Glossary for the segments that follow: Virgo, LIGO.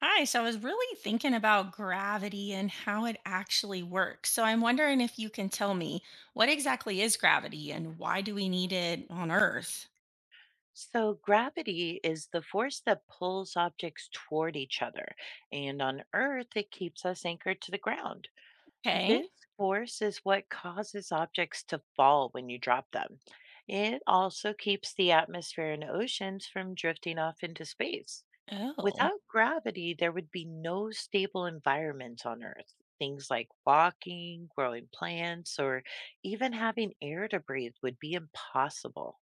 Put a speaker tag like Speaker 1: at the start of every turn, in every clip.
Speaker 1: Hi, so I was really thinking about gravity and how it actually works. So I'm wondering if you can tell me what exactly is gravity and why do we need it on Earth?
Speaker 2: So, gravity is the force that pulls objects toward each other, and on Earth, it keeps us anchored to the ground.
Speaker 1: Okay.
Speaker 2: This force is what causes objects to fall when you drop them. It also keeps the atmosphere and oceans from drifting off into space.
Speaker 1: Oh.
Speaker 2: Without gravity, there would be no stable environment on Earth. Things like walking, growing plants, or even having air to breathe would be impossible.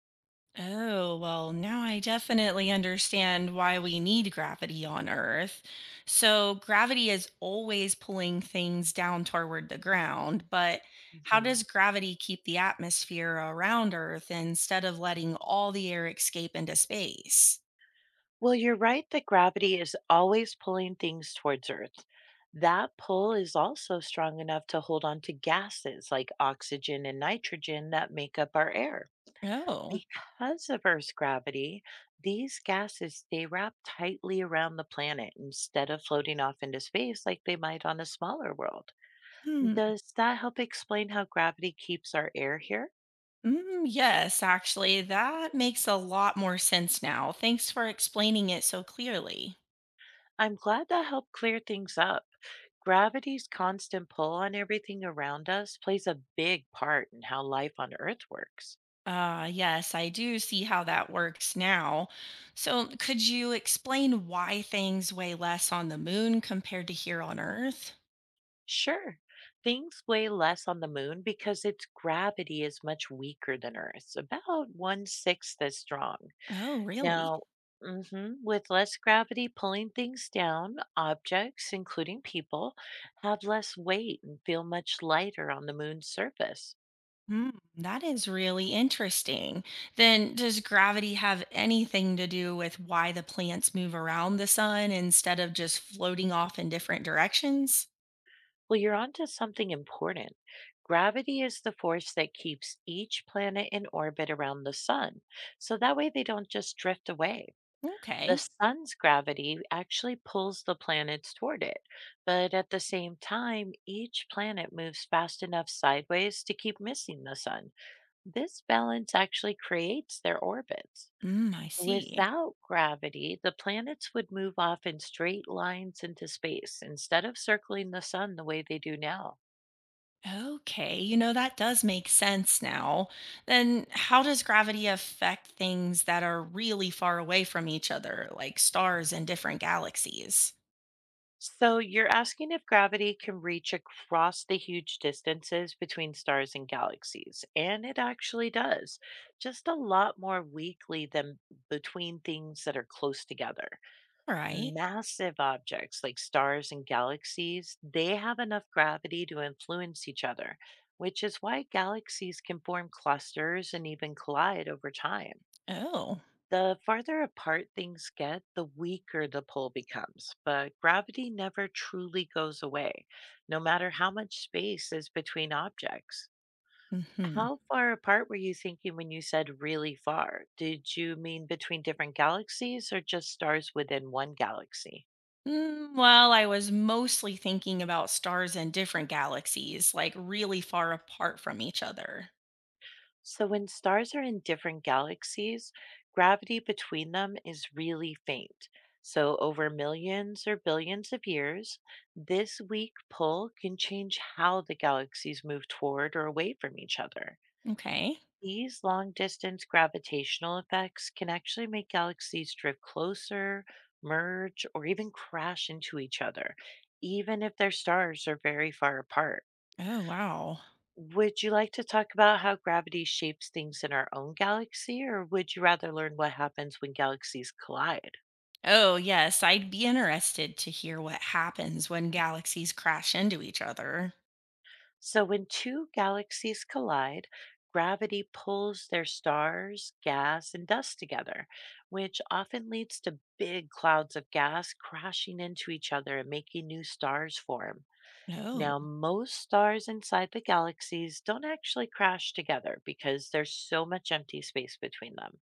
Speaker 1: Oh, well, now I definitely understand why we need gravity on Earth. So gravity is always pulling things down toward the ground, but how
Speaker 2: Mhm.
Speaker 1: does gravity keep the atmosphere around Earth instead of letting all the air escape into space?
Speaker 2: Well, you're right that gravity is always pulling things towards Earth. That pull is also strong enough to hold on to gases like oxygen and nitrogen that make up our air.
Speaker 1: Oh.
Speaker 2: Because of Earth's gravity, these gases stay wrapped tightly around the planet instead of floating off into space like they might on a smaller world.
Speaker 1: Hmm.
Speaker 2: Does that help explain how gravity keeps our air here?
Speaker 1: Mm, yes, actually, that makes a lot more sense now. Thanks for explaining it so clearly.
Speaker 2: I'm glad that helped clear things up. Gravity's constant pull on everything around us plays a big part in how life on Earth works.
Speaker 1: Yes, I do see how that works now. So, could you explain why things weigh less on the moon compared to here on Earth?
Speaker 2: Sure, things weigh less on the moon because its gravity is much weaker than Earth's, about one sixth as strong.
Speaker 1: Oh, really?
Speaker 2: Now, mhm, with less gravity pulling things down, objects, including people, have less weight and feel much lighter on the moon's surface.
Speaker 1: Hmm, that is really interesting. Then, does gravity have anything to do with why the plants move around the sun instead of just floating off in different directions?
Speaker 2: Well, you're onto something important. Gravity is the force that keeps each planet in orbit around the sun. So that way they don't just drift away. The
Speaker 1: Okay.
Speaker 2: sun's gravity actually pulls the planets toward it. But at the same time, each planet moves fast enough sideways to keep missing the sun. This balance actually creates their orbits.
Speaker 1: Mm, I see.
Speaker 2: Without gravity, the planets would move off in straight lines into space instead of circling the sun the way they do now.
Speaker 1: Okay, you know, that does make sense now. Then, how does gravity affect things that are really far away from each other, like stars and different galaxies?
Speaker 2: So you're asking if gravity can reach across the huge distances between stars and galaxies. And it actually does, just a lot more weakly than between things that are close together.
Speaker 1: All right.
Speaker 2: Massive objects like stars and galaxies, they have enough gravity to influence each other, which is why galaxies can form clusters and even collide over time.
Speaker 1: Oh.
Speaker 2: The farther apart things get, the weaker the pull becomes, but gravity never truly goes away, no matter how much space is between objects.
Speaker 1: Mm-hmm.
Speaker 2: How far apart were you thinking when you said really far? Did you mean between different galaxies or just stars within one galaxy?
Speaker 1: Mm, well, I was mostly thinking about stars in different galaxies, like really far apart from each other.
Speaker 2: So, when stars are in different galaxies, gravity between them is really faint. So, over millions or billions of years, this weak pull can change how the galaxies move toward or away from each other.
Speaker 1: Okay.
Speaker 2: These long distance gravitational effects can actually make galaxies drift closer, merge, or even crash into each other, even if their stars are very far apart.
Speaker 1: Oh, wow.
Speaker 2: Would you like to talk about how gravity shapes things in our own galaxy, or would you rather learn what happens when galaxies collide?
Speaker 1: Oh, yes, I'd be interested to hear what happens when galaxies crash into each other.
Speaker 2: So, when two galaxies collide, gravity pulls their stars, gas, and dust together, which often leads to big clouds of gas crashing into each other and making new stars form.
Speaker 1: Oh.
Speaker 2: Now, most stars inside the galaxies don't actually crash together because there's so much empty space between them,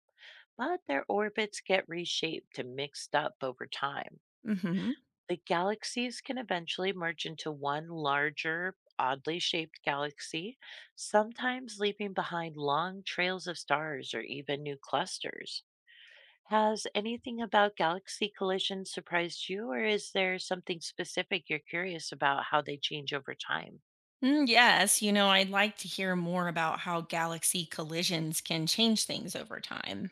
Speaker 2: but their orbits get reshaped and mixed up over time.
Speaker 1: Mm-hmm.
Speaker 2: The galaxies can eventually merge into one larger, oddly shaped galaxy, sometimes leaving behind long trails of stars or even new clusters. Has anything about galaxy collisions surprised you, or is there something specific you're curious about how they change over time?
Speaker 1: Mm, yes, you know, I'd like to hear more about how galaxy collisions can change things over time.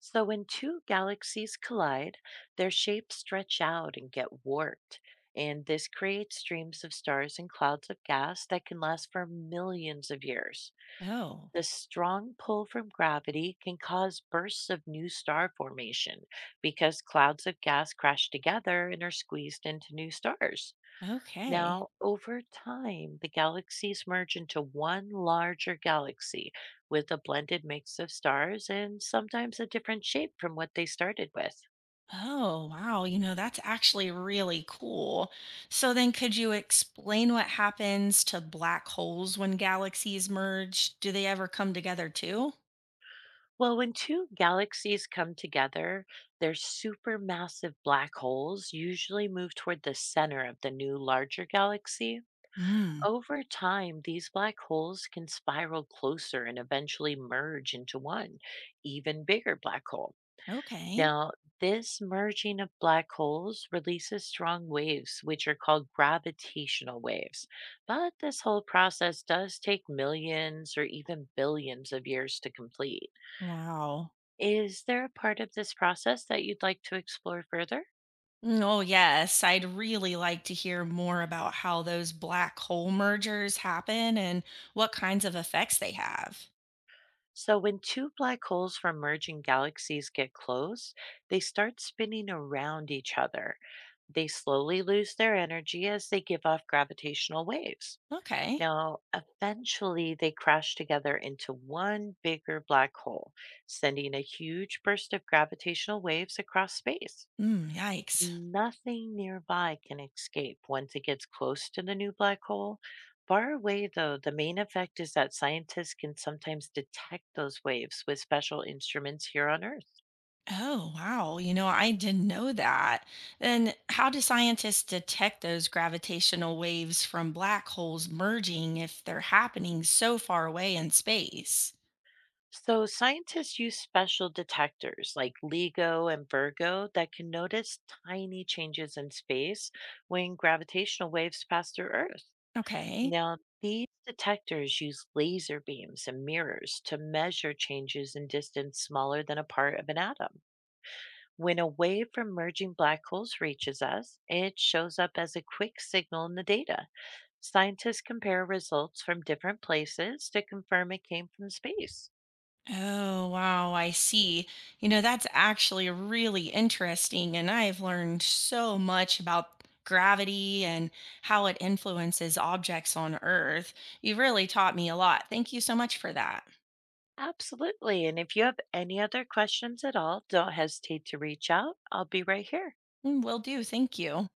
Speaker 2: So when two galaxies collide, their shapes stretch out and get warped, and this creates streams of stars and clouds of gas that can last for millions of years.
Speaker 1: Oh,
Speaker 2: The strong pull from gravity can cause bursts of new star formation because clouds of gas crash together and are squeezed into new stars.
Speaker 1: okay.
Speaker 2: Now, over time, the galaxies merge into one larger galaxy with a blended mix of stars and sometimes a different shape from what they started with.
Speaker 1: Oh, wow. You know, that's actually really cool. So then, could you explain what happens to black holes when galaxies merge? Do they ever come together too?
Speaker 2: Well, when two galaxies come together, their supermassive black holes usually move toward the center of the new larger galaxy.
Speaker 1: Mm,
Speaker 2: Over time, these black holes can spiral closer and eventually merge into one even bigger black hole.
Speaker 1: okay.
Speaker 2: Now, this merging of black holes releases strong waves, which are called gravitational waves. But this whole process does take millions or even billions of years to complete.
Speaker 1: Wow.
Speaker 2: Is there a part of this process that you'd like to explore further?
Speaker 1: Mm, oh, yes. I'd really like to hear more about how those black hole mergers happen and what kinds of effects they have.
Speaker 2: So, when two black holes from merging galaxies get close, they start spinning around each other. They slowly lose their energy as they give off gravitational waves.
Speaker 1: Okay.
Speaker 2: Now, eventually, they crash together into one bigger black hole, sending a huge burst of gravitational waves across space.
Speaker 1: Mm, yikes.
Speaker 2: Nothing nearby can escape once it gets close to the new black hole. Far away, though, the main effect is that scientists can sometimes detect those waves with special instruments here on Earth.
Speaker 1: Oh, wow. You know, I didn't know that. And how do scientists detect those gravitational waves from black holes merging if they're happening so far away in space?
Speaker 2: So, scientists use special detectors like LIGO and Virgo that can notice tiny changes in space when gravitational waves pass through Earth.
Speaker 1: Okay.
Speaker 2: Now, these detectors use laser beams and mirrors to measure changes in distance smaller than a part of an atom. When a wave from merging black holes reaches us, it shows up as a quick signal in the data. Scientists compare results from different places to confirm it came from space.
Speaker 1: Oh, wow, I see. You know, that's actually really interesting, and I've learned so much about gravity and how it influences objects on Earth. You really taught me a lot. Thank you so much for that.
Speaker 2: Absolutely. And if you have any other questions at all, don't hesitate to reach out. I'll be right here.
Speaker 1: Mm, will do. Thank you.